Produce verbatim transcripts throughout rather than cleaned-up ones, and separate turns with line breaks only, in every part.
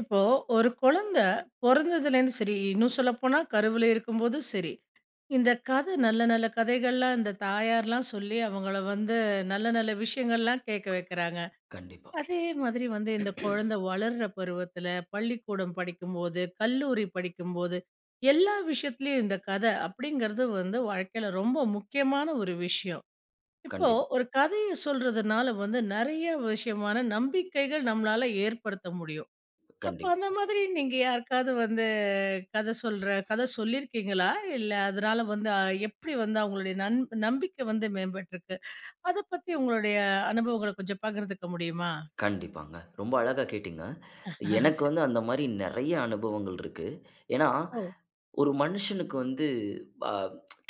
இப்போ ஒரு குழந்தை பொறந்ததுலேருந்து சரி, இன்னும் சொல்லப்போனா கருவில இருக்கும்போதும் சரி, இந்த கதை நல்ல நல்ல கதைகள்லாம் இந்த தாயார்லாம் சொல்லி அவங்கள வந்து நல்ல நல்ல விஷயங்கள்லாம் கேட்க வைக்கிறாங்க.
கண்டிப்பா.
அதே மாதிரி வந்து இந்த குழந்தை வளர்ற பருவத்தில, பள்ளிக்கூடம் படிக்கும்போது, கல்லூரி படிக்கும்போது, எல்லா விஷயத்துலயும் இந்த கதை அப்படிங்கிறது வந்து வாழ்க்கையில ரொம்ப முக்கியமான ஒரு விஷயம். இப்போ
கண்டிப்பா.
ஒரு கதைய சொல்றதுனால வந்து நெறைய விஷயமான நம்பிக்கைகள் நம்மளால ஏற்படுத்த முடியும். அப்ப
கண்டிப்
அந்த மாதிரி நீங்க யாருக்காவது வந்து கதை சொல்ற கதை சொல்லியிருக்கீங்களா? இல்ல அதனால வந்து அ எப்படி வந்து அவங்களுடைய நன் நம்பிக்கை வந்து மேம்பட்டுருக்கு? அத பத்தி உங்களுடைய அனுபவங்கள கொஞ்சம் பகிர்ந்துக்க முடியுமா?
கண்டிப்பாங்க. ரொம்ப அழகா கேட்டீங்க.
ஆஹா,
எனக்கு
சரி.
வந்து அந்த மாரி நெறைய அனுபவங்கள் இருக்கு. ஏன்னா,
ஓ!
ஒரு மனுஷனுக்கு வந்து அ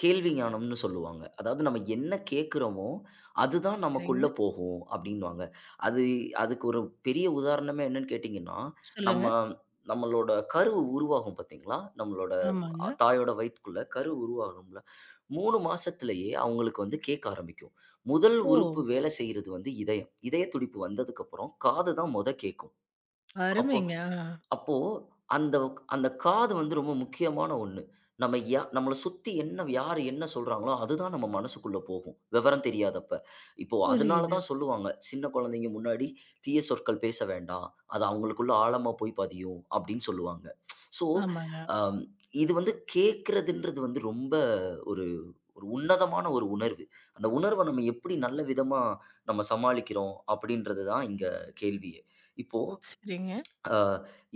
கேள்வி ஞானம்னு சொல்லுவாங்க. அதாவது நம்ம என்ன கேட்கிறோமோ, அதுதான்
சரிங்க.
நமக்குள்ள போகும் அப்டின்னுவாங்க. அது அதுக்கு ஒரு பெரிய உதாரணமே என்னன்னு கேட்டீங்கன்னா,
சொல்லுங்க.
நம்ம நம்மளோட கரு உருவாகும் பார்த்தீங்களா? நம்மளோட அ
ஆமாங்க.
தாயோட வயித்துக்குள்ள கரு உருவாகும்ல, மூணு மாசத்திலேயே அவங்களுக்கு வந்து கேட்க ஆரம்பிக்கும். முதல்
ஓ!
உறுப்பு வேலை செய்றது வந்து இதயம். இதய துடிப்பு வந்ததுக்கப்புறம் காது தான் மொத கேட்கும். அப்போ
அருமைங்க. ஆ.
அப்போ அந்த அந்த காது வந்து ரொம்ப முக்கியமான ஒண்ணு. நம்ம யா நம்மள சுத்தி என்ன யாரு என்ன சொல்றாங்களோ, அதுதான் நம்ம மனசுக்குள்ள போகும். விவரம் தெரியாதப்ப. இப்போ அதனால
புரியுது.
தான் சொல்லுவாங்க, "சின்ன குழந்தைங்க முன்னாடி தீய சொற்கள் பேச வேண்டாம். அது அவங்களுக்குள்ள ஆழமா போய் பதியும்." அப்படின்னு சொல்லுவாங்க. ஸோ,
ஆமாங்க.
அம் இது வந்து கேட்கிறதுன்றது வந்து ரொம்ப ஒரு ஒரு உன்னதமான ஒரு உணர்வு. அந்த உணர்வ நம்ம எப்படி நல்ல விதமா நம்ம சமாளிக்கிறோம் அப்படின்றது தான் இங்க கேள்வியே. இப்போ
சரிங்க.
அ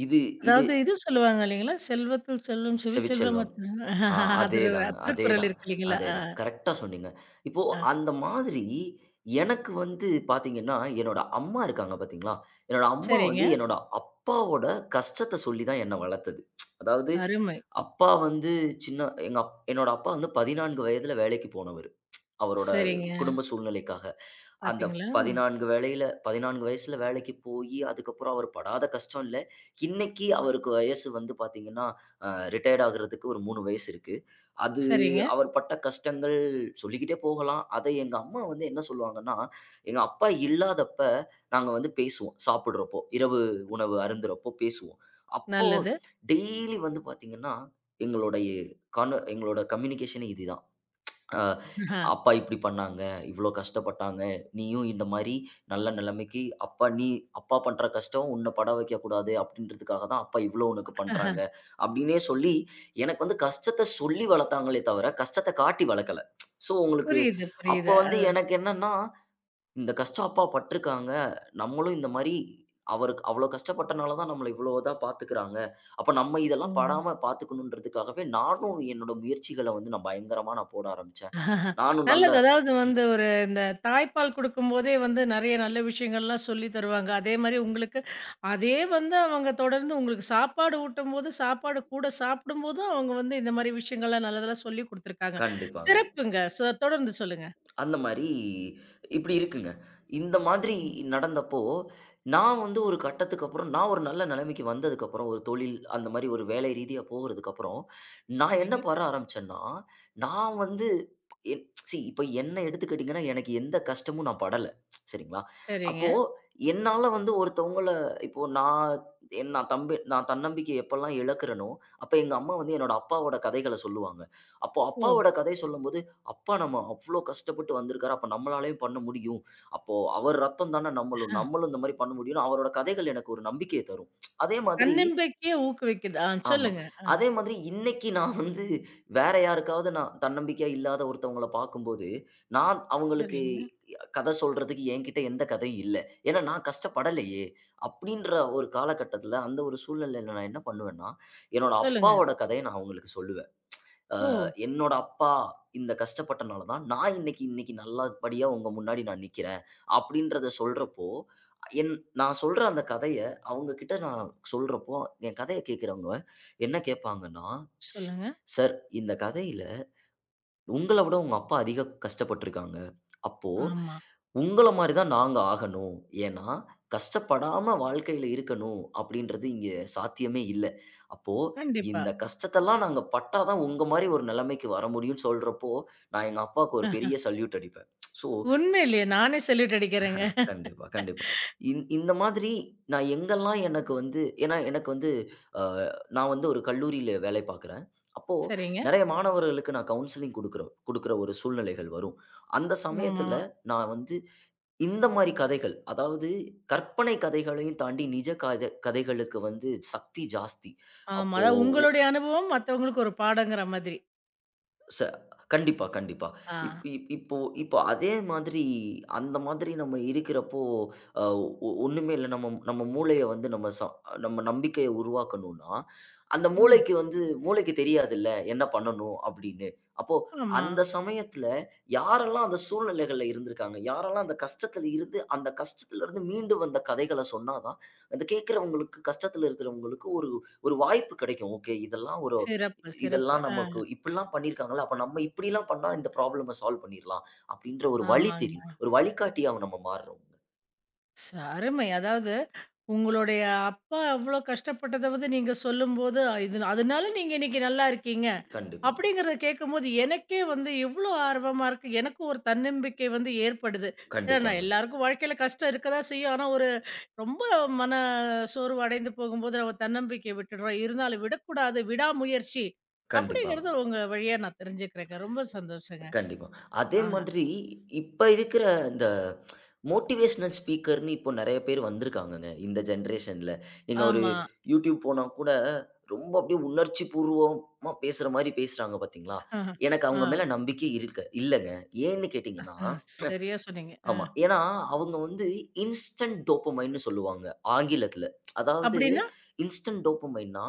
இது இது
அதாவது இது சொல்லுவாங்க இல்லைங்களா? "செல்வத்தில் செல்வம் செவி செல்வம்"
செவிச்செல்வம்.
அது திருக்குறள்
ஆ அதேதாங்க, அதேதான்,
இருக்கு இல்லைங்களா? ஆ,
அதேதான். கரெக்ட்டா சொன்னீங்க. இப்போ
ஆ.
அந்த மாதிரி எனக்கு வந்து பார்த்தீங்கன்னா, என்னோட அம்மா இருக்காங்க பார்த்தீங்களா? என்னோட அம்மா
சரிங்க.
வந்து என்னோட அப்பாவோட கஷ்டத்த சொல்லி தான் என்ன வளர்த்தது. அதாவது
அருமை.
அப்பா வந்து சின்ன எங்க அப் என்னோட அப்பா வந்து பதினாலு வயதில வேலைக்கு போனவரு. அவரோட
சரிங்க.
குடும்ப சூழ்நிலைக்காக. அந்த
பார்த்தீங்களா?
14 வேலையில பதினாலு வயசுல வேலைக்கு போயி, அதுக்கப்புறம் அவர் படாத கஷ்டம் இல்ல. இன்னைக்கு அவருக்கு வயசு வந்து பார்த்தீங்கன்னா, அ ரிட்டயர்ட் ஆகுறதுக்கு ஒரு மூணு வயசு இருக்கு. அது
சரிங்க.
அவர் பட்ட கஷ்டங்கள் சொல்லிக்கிட்டே போகலாம். அதை எங்க அம்மா வந்து என்ன சொல்லுவாங்கன்னா, எங்க அப்பா இல்லாதப்ப நாங்க வந்து பேசுவோம். சாப்பிடுறப்போ, இரவு உணவு அருந்துறப்போ பேசுவோம். அப்போ
நல்லது.
டெய்லி வந்து பார்த்தீங்கன்னா, எங்களுடைய கான எங்களோட கம்யூனிகேஷனே இதுதான். அ
ஆஹா.
அப்பா இப்படி பண்ணாங்க, இவ்வளோ கஷ்டப்பட்டாங்க. நீயும் இந்த மாரி நல்ல நிலைமைக்கு அப்பா நீ அப்பா பண்ற கஷ்டம் உன்ன பட வைக்கக்கூடாது அப்படின்றதுக்காக தான் அப்பா இவ்வளோ உனக்கு
ஆஹா.
பண்றாங்க. அப்படின்னே சொல்லி எனக்கு வந்து கஷ்டத்த சொல்லி வளர்த்தாங்களே தவிர, கஷ்டத்த காட்டி வளர்க்கல. ஸோ உங்களுக்கு
புரியுது,
அப்ப
புரியுது.
வந்து
அதான்.
எனக்கு என்னன்னா, இந்த கஷ்டம் அப்பா பட்டுருக்காங்க. நம்மளும் இந்த மாரி அவருக்கு அவ்வளோ கஷ்டப்பட்டனால தான் நம்மள இவ்வளோ இதா பார்த்துக்கிறாங்க. அப்ப நம்ம இதெல்லாம்
ம்.
படாம பார்த்துக்கணுன்றதுக்காகவே நானும் என்னோட முயற்சிகள வந்து நான் பயங்கரமா நான் போட ஆரம்பிச்சேன். நானும் நல்ல
நல்லது. அதாவது வந்து ஒரு இந்த தாய்ப்பால் குடுக்கும்போதே வந்து நெறைய நல்ல விஷயங்கள்லாம் சொல்லி தருவாங்க. அதே மாரி உங்களுக்கு அதே வந்து அவங்க தொடர்ந்து உங்களுக்கு சாப்பாடு ஊட்டும்போது, சாப்பாடு கூட சாப்பிடும்போதும் அவங்க வந்து இந்த மாரி விஷயங்கள்லாம் நல்லதெல்லாம் சொல்லிக் குடுத்துருக்காங்க.
கண்டிப்பாங்க.
சிறப்புங்க. சொ தொடர்ந்து சொல்லுங்க.
அந்த மாரி இப்படி இருக்குங்க. இந்த மாதிரி
ம்.
நடந்தப்போ, நான் வந்து ஒரு கட்டத்துக்கு அப்புறம் நான் ஒரு நல்ல நிலைமைக்கு வந்ததுக்கப்புறம், ஒரு தொழில் அந்த மாரி ஒரு வேலை ரீதியா போகுறதுக்கப்புறம், நான் என்ன
சரிங்க,
பண்ண ஆரம்பிச்சேன்னா, நான் வந்து என் சி இப்ப என்ன எடுத்துக்கிட்டீங்கன்னா, எனக்கு எந்த கஷ்டமும் நான் படல. சரிங்களா?
சரிங்க.
அப்போ என்னால வந்து ஒருத்தவங்கள இப்போ நான் என் நான் தம்பி நான் தன்னம்பிக்கைய எப்பலாம் இழக்கிறேனோ, அப்ப எங்க அம்மா வந்து என்னோட அப்பாவோட கதைகள சொல்லுவாங்க. அப்போ
ஓ!
அப்பாவோட கதை சொல்லும்போது அப்பா நம்ம அவ்ளோ கஷ்டப்பட்டு வந்திருக்காரு. அப்ப நம்மளாலயும் பண்ண முடியும். அப்போ அவர் ரத்தம் தான நம்மளும்.
ஆ.
நம்மளும் இந்த மாரி பண்ண முடியும்ன்னு அவரோட கதைகள் எனக்கு ஒரு நம்பிக்கைய தரும். அதே மாதிரி
தன்னம்பிக்கைய ஊக்குவிக்குது. ஆ
ஆமா.
சொல்லுங்க. ஆ
அதே மாதிரி இன்னைக்கு நான் வந்து வேற யாருக்காவது நான் தன்னம்பிக்கையா இல்லாத ஒருத்தவங்கள பார்க்கும்போது, நான் அவங்களுக்கு
சரிங்க.
கதை சொல்றதுக்கு என்கிட்ட எந்த கதையும் இல்ல. ஏன்னா நான் கஷ்டப்படலையே! அப்படின்ற ஒரு காலகட்டத்தில அந்த ஒரு சூழ்நிலையில நான் என்ன பண்ணுவேன்னா, என்னோட
சொல்லுங்க.
அப்பாவோட கதைய நான் அவங்களுக்கு சொல்லுவேன்.
ஓ!
என்னோட அப்பா இந்த கஷ்டப்பட்டனால தான், நான் இன்னைக்கு இன்னைக்கு நல்லபடியா உங்க முன்னாடி நான் நிக்கிறேன். அப்படின்றத சொல்றப்போ, என் நான் சொல்ற அந்த கதைய அவங்க கிட்ட நான் சொல்றப்போ, என் கதைய கேட்கிறவங்க என்ன கேட்பாங்கன்னா, "ஸ்
சொல்லுங்க.
சார் இந்த கதையில உங்கள விட உங்க அப்பா அதிக கஷ்டப்பட்டுருக்காங்க. அப்போ
ஆமா.
உங்கள மாரி தான் நாங்க ஆகணும். ஏன்னா, கஷ்டப்படாம வாழ்க்கையில இருக்கணும் அப்படின்றது இங்க சாத்தியமே இல்ல. அப்போ
கண்டிப்பா.
இந்த கஷ்டத்தெல்லாம் நாங்க பட்டா தான் உங்க மாரி ஒரு நிலைமைக்கு வர முடியும்னு சொல்றப்போ, நான் எங்க அப்பாவுக்கு ஒரு பெரிய சல்யூட் அடிப்பேன். ஸோ
உண்மையிலேயே நானே சல்யூட் அடிக்கிறேங்க.
கண்டிப்பா, கண்டிப்பா. இந் இந்த மாதிரி நான் எங்கெல்லாம் எனக்கு வந்து ஏன்னா எனக்கு வந்து அ நான் வந்து ஒரு கல்லூரியில வேலை பார்க்குறேன். அப்போ
சரிங்க.
நெறைய மாணவர்களுக்கு நான் கவுன்சிலிங் குடுக்குறோம் குடுக்குற ஒரு சூழ்நிலைகள் வரும். அந்த
ஆமா.
சமயத்தில நான் வந்து இந்த மாரி கதைகள், அதாவது கற்பனை கதைகளையும் தாண்டி நிஜ கத கதைகளுக்கு வந்து சக்தி ஜாஸ்தி.
ஆமா.
அப்போ
அதாவது உங்களுடைய அனுபவம் மத்தவங்களுக்கு ஒரு பாடங்கிற மாதிரி.
ச கண்டிப்பா, கண்டிப்பா.
ஆ.
இப் இப் இப்போ இப்போ அதே மாதிரி அந்த மாதிரி நம்ம இருக்கிறப்போ, அ ஒ ஒண்ணுமே இல்ல. நம்ம நம்ம மூளைய வந்து நம்ம ச நம்ம நம்பிக்கைய உருவாக்கணும்னா, அந்த
ம்.
மூளைக்கு வந்து மூளைக்கு தெரியாதுல்ல, என்ன பண்ணணும் அப்படின்னு. அப்போ
ஆமா.
அந்த சமயத்துல யாரெல்லாம் அந்த சூழ்நிலைகள்ல இருந்திருக்காங்க? யாரெல்லாம் அந்த கஷ்டத்துல இருந்து அந்த கஷ்டத்துலருந்து மீண்டு வந்த கதைகள சொன்னா தான், அந்த கேட்கிறவங்களுக்கு கஷ்டத்துல இருக்கிறவங்களுக்கு ஒரு ஒரு வாய்ப்பு கிடைக்கும். ஓகே, இதெல்லாம் ஒரு
சிறப்பு, சிறப்பு.
இதெல்லாம்
ஆ.
நமக்கு இப்படிலாம் பண்ணியிருக்காங்கல்ல, அப்ப நம்ம இப்படிலாம் பண்ணா இந்த ப்ராப்ளம சால்வ் பண்ணிரலாம். அப்படின்ற ஒரு வழி தெரியும்.
ஆமாங்க.
ஒரு வழிகாட்டியாவும் நம்ம மாறுறோங்க.
ச அருமை. அதாவது உங்களுடைய அப்பா அவ்ளோ கஷ்டப்பட்டத வந்து நீங்க சொல்லும்போது, அ, இது அதனால நீங்க இன்னைக்கு நல்லா இருக்கீங்க.
கண்டிப்பா,
அப்படிங்கிறத கேட்கும்போது எனக்கே வந்து எவ்ளோ ஆர்வமா இருக்கு. எனக்கும் ஒரு தன்னம்பிக்கை வந்து ஏற்படுது. ஏன்னா நான்
கண்டிப்பாங்க,
எல்லாருக்கும் வாழ்க்கையில கஷ்டம் இருக்க தான் செய்யும். ஆனா ஒரு ரொம்ப மன சோர்வு அடைந்து போகும்போது நம்ம தன்னம்பிக்கைய விட்டுடுறோம். இருந்தாலும் விடக்கூடாது. விடாமுயற்சி
கண்டிப்பாங்க,
அப்படிங்கிறது உங்க வழியா நான் தெரிஞ்சுக்கிறேங்க. ரொம்ப சந்தோஷங்க.
கண்டிப்பா. அதே
ஆ
மாதிரி இப்ப இருக்கிற இந்த மோட்டிவேஷனல் ஸ்பீக்கர்ன்னு இப்போ நெறைய பேர் வந்திருக்காங்கங்க, இந்த ஜெனரேஷன்ல. நீங்க ஒரு
ஆமா.
யூடியூப் போனா கூட ரொம்ப அப்படியே உணர்ச்சி பூர்வமா பேசுற மாரி பேசுறாங்க பார்த்தீங்களா?
ஆ.
எனக்கு
ஆ.
அவங்க மேல நம்பிக்கை இருக்கு இல்லங்க. ஏன்னு கேட்டீங்கன்னா
ஆ. சரியா சொன்னீங்க. ஆ.
ஆமா. ஏன்னா, அவங்க வந்து இன்ஸ்டன்ட் டோப்பமைன்னு சொல்லுவாங்க, ஆங்கிலத்தில. அதாவது
அப்படின்னா
இன்ஸ்டன்ட் டோப்பமைன்னா,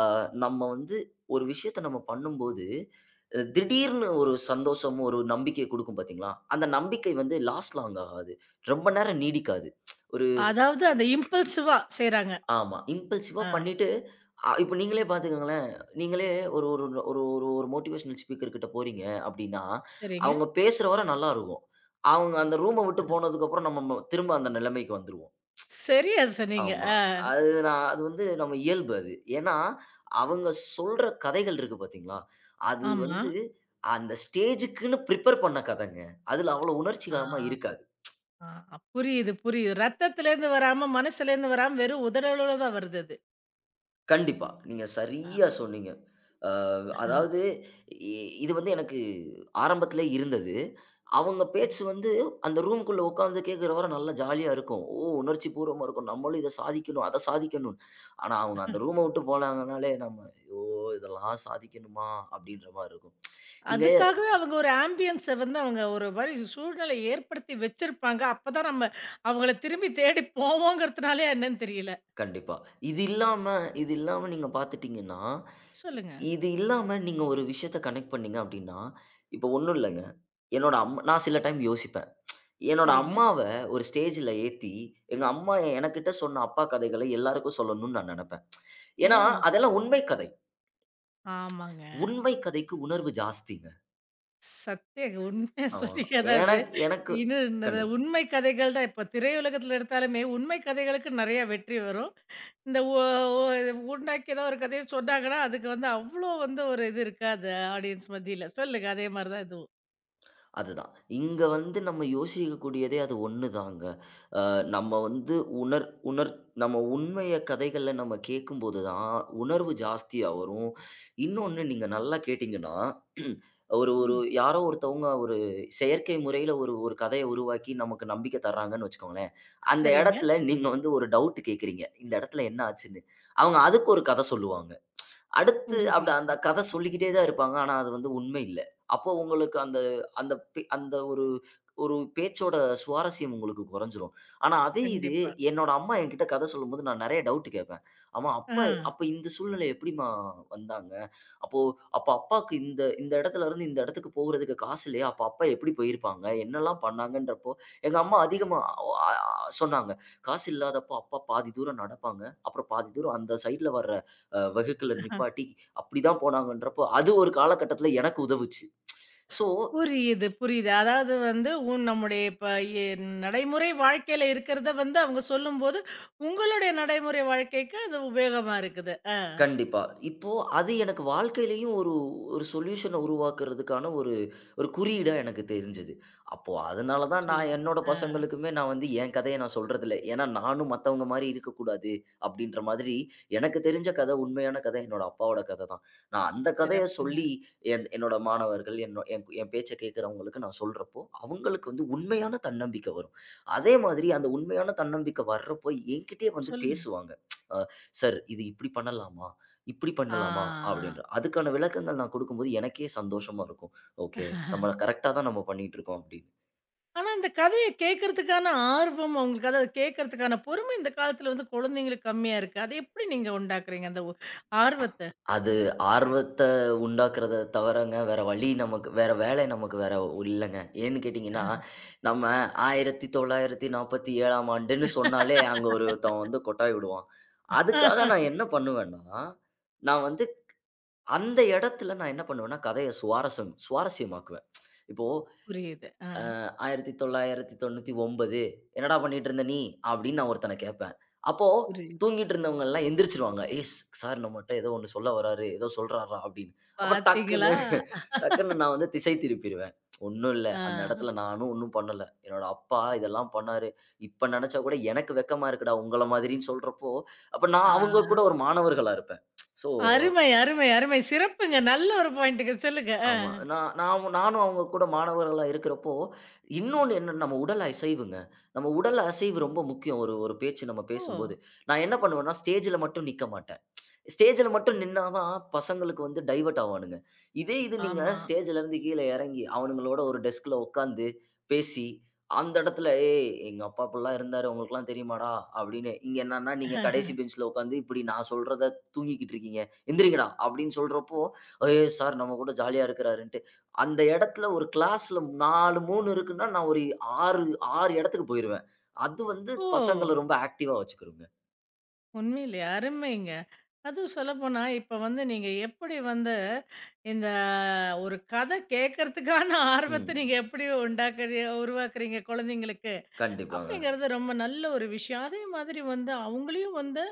அ நம்ம வந்து ஒரு விஷயத்த நம்ம பண்ணும்போது, அ திடீர்னு ஒரு சந்தோஷம், ஒரு நம்பிக்கை குடுக்கும் பாத்தீங்களா? அந்த நம்பிக்கை வந்து லாஸ்ட் லாங் ஆகாது. ரொம்ப நேரம் நீடிக்காது.
அதாவது அந்த இம்பல்சிவா செய்றாங்க.
ஆமா. இம்பல்சிவா
ஆ,
பண்ணிட்டு, அ இப்ப நீங்களே பார்த்துக்கங்களேன். நீங்களே ஒரு ஒரு ஒரு ஒரு ஒரு மோட்டிவேஷனல் ஸ்பீக்கர் கிட்ட போறீங்க அப்படின்னா,
சரிங்க.
அவங்க பேசுற வர நல்லா இருக்கும். அவங்க அந்த ரூம விட்டு போனதுக்கப்புறம் நம்ம ம திரும்ப அந்த நிலைமைக்கு வந்துருவோம்.
சரியா சொன்னீங்க.
ஆமா.
ஆ,
அது நான் அது வந்து நம்ம இயல்பு அது. ஏன்னா, அவங்க சொல்ற கதைகள் இருக்கு பார்த்தீங்களா? அது
ஆமா.
வந்து அந்த ஸ்டேஜுக்குன்னு பிரிப்பேர் பண்ண கதைங்க. அதுல அவ்வளோ
ஆ,
உணர்ச்சிகரமா இருக்காது.
ஆ, புரியுது, புரியுது. ரத்தத்துலேருந்து வராம, மனசுலேருந்து வராம வெறும் உதடளவுல தான் வருது அது.
கண்டிப்பா. நீங்க
ஆ.
சரியா சொன்னீங்க. அ அதாவது இ இது வந்து எனக்கு ஆரம்பத்தில இருந்தது. அவங்க
ம்.
பேச்சு வந்து அந்த ரூம்க்குள்ள உட்கார்ந்து கேட்கிற வர நல்லா ஜாலியா இருக்கும். ஓ! உணர்ச்சி பூர்வமா இருக்கும். நம்மளும் இத சாதிக்கணும், அத சாதிக்கணும். ஆனா அவங்க அந்த ரூம விட்டு போனாங்கனாலே நம்ம ஐயோ! இதெல்லாம் சாதிக்கணுமா? அப்படின்ற மாரி இருக்கும். நீங்க
அதுக்காகவே அவங்க ஒரு ஆம்பியன்ஸ வந்து அவங்க ஒரு மாரி சூழ்நிலை ஏற்படுத்தி வச்சிருப்பாங்க. அப்பதான் நம்ம அவங்கள திரும்பி தேடி போவோங்கிறதுனாலயா என்னன்னு தெரியல.
கண்டிப்பா. இது இல்லாம இது இல்லாம நீங்க பார்த்துட்டீங்கன்னா,
சொல்லுங்க.
இது இல்லாம நீங்க ஒரு விஷயத்த கனெக்ட் பண்ணீங்க அப்படின்னா, இப்போ ஒண்ணும் இல்லங்க. என்னோட அம்மா நான் சில டைம் யோசிப்பேன். என்னோட
சரிங்க.
அம்மாவ ஒரு ஸ்டேஜ்ல ஏத்தி, எங்க அம்மா எனக்கிட்ட சொன்ன அப்பா கதைகளை எல்லாருக்கும் சொல்லணும்னு நான் நெனப்பேன். ஏன்னா,
ஓ!
அதெல்லாம் உண்மை கதை.
ஆமாங்க.
உண்மை கதைக்கு உணர்வு ஜாஸ்திங்க.
சத்தியங்க. உண்மையா
ஆமா.
சொன்னீங்க. அதாவது
எனக் எனக்கு
இன்னும் இந்த இந்த
கண்டிப்பா.
உண்மை கதைகள் தான் இப்ப திரையுலகத்துல எடுத்தாலுமே, உண்மை கதைகளுக்கு நெறைய வெற்றி வரும். இந்த ஒ ஒ உண்டாக்கி ஏதோ ஒரு கதைய சொன்னாங்கன்னா, அதுக்கு வந்து அவ்ளோ வந்து ஒரு இது இருக்காது ஆடியன்ஸ் மத்தியில. சொல்லுங்க அதே மாரி தான் இதுவும்.
அதுதான். இங்க வந்து நம்ம யோசிக்கக்கூடியதே அது ஒண்ணுதாங்க. நம்ம வந்து உணர் உணர் நம்ம உண்மைய கதைகள்ல நம்ம கேட்கும்போது தான் உணர்வு ஜாஸ்தியா வரும். இன்னொன்னு நீங்க நல்லா கேட்டீங்கன்னா, ஒரு ஒரு
ம்.
யாரோ ஒருத்தவங்க ஒரு செயற்கை முறையில ஒரு ஒரு கதைய உருவாக்கி நமக்கு நம்பிக்கை தர்றாங்கன்னு வச்சுக்கோங்களேன். அந்த
சரிங்க.
இடத்துல நீங்க வந்து ஒரு டவுட் கேட்கிறீங்க. இந்த இடத்துல என்ன ஆச்சுன்னு? அவங்க அதுக்கு ஒரு கதை சொல்லுவாங்க. அடுத்து அப்படி அந்த
புரியுது.
கதை சொல்லிக்கிட்டே தான் இருப்பாங்க. ஆனா, அது வந்து உண்மை இல்ல. அப்போ உங்களுக்கு அந்த அந்த பே அந்த ஒரு ஒரு பேச்சோட சுவாரஸ்யம் உங்களுக்கு குறைஞ்சிரும். ஆனா, அதே இது
கண்டிப்பா.
என்னோட அம்மா என்கிட்ட கதை சொல்லும்போது நான் நெறைய டவுட் கேட்பேன். ஆமா, அப்ப
ஆ.
அப்ப இந்த சூழ்நிலை எப்படிம்மா வந்தாங்க? அப்போ அப்ப அப்பாக்கு இந்த இந்த இடத்துல இருந்து இந்த இடத்துக்கு போகுறதுக்கு காசு இல்லையா? அப்ப அப்பா எப்படி போயிருப்பாங்க? என்னலாம் பண்ணாங்கன்றப்போ, எங்க அம்மா அதிகமா அ அ- சொன்னாங்க. காசு இல்லாதப்போ அப்பா பாதி தூரம் நடப்பாங்க. அப்புறம் பாதி தூரம் அந்த சைட்ல வர அ வகுக்கல நிப்பாட்டி, அப்படிதான் போனாங்கன்றப்போ, அது ஒரு காலகட்டத்தில எனக்கு உதவுச்சு. ஸோ
புரியுது, புரியுது. அதாவது வந்து உன் நம்முடைய இப்ப எ நடைமுறை வாழ்க்கையில இருக்கிறத வந்து அவங்க சொல்லும்போது, உங்களுடைய நடைமுறை வாழ்க்கைக்கு அது உபயோகமா இருக்குது. ஆ
கண்டிப்பா. இப்போ அது எனக்கு வாழ்க்கையிலயும் ஒரு ஒரு சொல்யூஷன உருவாக்குறதுக்கான ஒரு ஒரு குறியீடா எனக்கு தெரிஞ்சது. அப்போ அதனால தான் நான்
சொல்லுங்க.
என்னோட
ஆ.
பசங்களுக்குமே நான் வந்து என் கதைய நான் சொல்றதில்ல. ஏன்னா, நானும் மத்தவங்க மாரி இருக்கக்கூடாது அப்டின்ற மாதிரி எனக்கு தெரிஞ்ச கத, உண்மையான கத என்னோட அப்பாவோட கத தான். நான் அந்த கதைய
சிறப்புங்க.
சொல்லி என் என்னோட மாணவர்கள் என்னோ என் என் பேச்ச கேட்கிறவங்களுக்கு நான் சொல்றப்போ, அவங்களுக்கு வந்து உண்மையான தன்னம்பிக்கை வரும். அதே மாதிரி அந்த உண்மையான தன்னம்பிக்கை வர்றப்போ என்கிட்டயே வந்து
சொல்லுங்க.
பேசுவாங்க. அ "சார் இது இப்படி பண்ணலாமா? இப்படி பண்ணலாமா?"
ஆ.
அப்படின்ற. அதுக்கான விளக்கங்கள் நான் குடுக்கும்போது எனக்கே சந்தோஷமா இருக்கும். ஓகே. நம்ம கரெக்ட்டா தான் நம்ம பண்ணிட்டுருக்கோம் அப்படின்னு.
ஆனா இந்த கதைய கேட்கறதுக்கான ஆர்வம் அவங்களுக்கு அதாவது கேட்கறதுக்கான பொறுமை இந்த காலத்துல வந்து குழந்தைங்களுக்கு கம்மியா இருக்கு. அத எப்படி நீங்க உண்டாக்குறீங்க அந்த ஒ ஆர்வத்த?
அது ஆர்வத்த உண்டாக்குறத தவிரங்க வேற வழி நமக்கு வேற வேலை நமக்கு வேற இல்லங்க. ஏன்னு கேட்டீங்கன்னா, நம்ம ஆயிரத்தி தொள்ளாயிரத்தி நாற்பத்தி ஏழாம் ஆண்டுன்னு சொன்னாலே அங்க ஒருத்தன் வந்து கொட்டாய் விடுவான். அதுக்காக நான் என்ன பண்ணுவேன்னா, நான் வந்து அந்த இடத்துல நான் என்ன பண்ணுவேன்னா, கதைய சுவாரஸ்யம் சுவாரஸ்யமாக்குவேன். இப்போ
புரியுது. ஆ
ஆயிரத்தி தொள்ளாயிரத்தி தொண்ணூற்றி ஒன்பது "என்னடா பண்ணிட்டு இருந்த நீ?" அப்படின்னு நான் ஒருத்தன கேட்பேன். அப்போ
புரியுது.
தூங்கிட்டு இருந்தவங்கலாம் எந்திரிச்சுருவாங்க. "ஏய் ஸ் சார் நம்மட்ட ஏதோ ஒண்ணு சொல்ல வராரு. ஏதோ சொல்றார்றா" அப்படின்னு. அப்ப டக்குன்னு
பார்த்தீங்களா?
டக்குன்னு நான் வந்து திசை திருப்பிருவேன். ஒண்ணும் இல்ல.
ஆ.
அந்த இடத்துல நானும் ஒண்ணும் பண்ணல. என்னோட அப்பா இதெல்லாம் பண்ணாரு. இப்ப நினைச்சா கூட எனக்கு வெட்கமா இருக்குடா, உங்கள மாதிரின்னு சொல்றப்போ, அப்ப நான்
ஆ.
அவங்க கூட ஒரு மாணவர்களா இருப்பேன். ஸோ
அருமை, அருமை, அருமை. சிறப்புங்க. நல்ல ஒரு பாயிண்ட்டுங்க. சொல்லுங்க. ஆ.
ஆமா. நான் நான் நானும் அவங்க கூட மாணவர்களா இருக்கிறப்போ, இன்னொன்னு என்னன்னா நம்ம உடல் அசைவுங்க. நம்ம உடல் அசைவு ரொம்ப முக்கியம். ஒரு ஒரு பேச்சு நம்ம
ஓ!
பேசும்போது. நான் என்ன பண்ணுவேன்னா, ஸ்டேஜ்ல மட்டும் நிக்க மாட்டேன். ஸ்டேஜ்ல மட்டும் நின்னா தான் பசங்களுக்கு வந்து டைவர்ட் ஆவானுங்க. இதே இது நீங்க
ஆமா.
ஸ்டேஜ்ல இருந்து கீழ இறங்கி, அவனுங்களோட ஒரு டெஸ்க்ல உட்காந்து பேசி, அந்த இடத்துல "ஏய் எங்க அப்பா இப்படிலாம் இருந்தாரு. உங்களுக்குலாம் தெரியுமாடா?" அப்படின்னு. இங்க என்னன்னா, நீங்க கடைசி பெஞ்ச்ல உட்காந்து இப்படி நான் சொல்றத தூங்கிக்கிட்டு இருக்கீங்க. எந்திரிங்கடா அப்படின்னு சொல்றப்போ, ஏய் சார் நம்ம கூட ஜாலியா இருக்கிறாருன்ட்டு. அந்த இடத்துல ஒரு கிளாஸ்ல நாலு, மூணு இருக்குன்னா, நான் ஒரு ஆறு, ஆறு இடத்துக்கு போயிருவேன். அது வந்து பசங்கள
ஓ!
ரொம்ப ஆக்டிவா வச்சுக்குருங்க.
உண்மையிலேயே அருமைங்க. அதுவும் சொல்லப்போனா, இப்ப வந்து நீங்க எப்படி வந்து இந்த ஒரு கதை கேட்கறதுக்கான ஆர்வத்த
ம்.
நீங்க எப்படி உண்டாக்குறீ உருவாக்குறீங்க குழந்தைங்களுக்கு,
கண்டிப்பாங்க.
அப்படிங்கிறது ரொம்ப நல்ல ஒரு விஷயம். அதே மாதிரி வந்து அவங்களையும் வந்து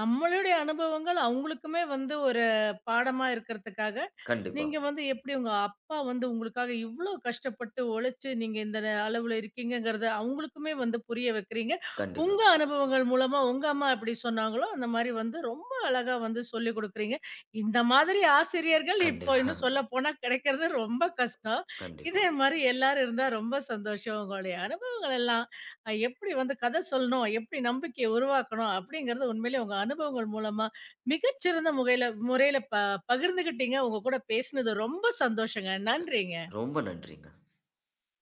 நம்மளுடைய அனுபவங்கள் அவங்களுக்குமே வந்து ஒரு பாடமா இருக்கிறதுக்காக
கண்டிப்பா,
நீங்க வந்து எப்படி உங்க அப்பா வந்து உங்களுக்காக இவ்ளோ கஷ்டப்பட்டு உழைச்சு நீங்க இந்த ந- அளவுல இருக்கீங்கங்கறத அவங்களுக்குமே வந்து புரிய வைக்கிறீங்க
கண்டிப்பா, கண்டிப்பா,
உங்க அனுபவங்கள் மூலமா உங்க அம்மா எப்படி சொன்னாங்களோ அந்த மாதிரி வந்து ரொம்ப அழகா வந்து சொல்லி கொடுக்குறீங்க இந்த மாதிரி ஆசிரியர்கள் இப்போ
கண்டிப்பா,
இன்னும் சொல்ல போனா கிடைக்கிறது ரொம்ப கஷ்டம்
கண்டிப்பா.
இதே மாதிரி எல்லாரும் இருந்தா ரொம்ப சந்தோஷம் உங்களுடைய அனுபவங்கள் எல்லாம் அஹ், எப்படி வந்து கதை சொல்லணும் எப்படி நம்பிக்கையை உருவாக்கணும் அப்படிங்கறது உண்மையிலேயே உங்க அனுபவங்கள் மூலமா மிகச்சிறந்த முகையில முறையில ப பகிர்ந்துகிட்டீங்க. உங்க கூட பேசினது ரொம்ப சந்தோஷங்க. நன்றிங்க.
ரொம்ப நன்றிங்க.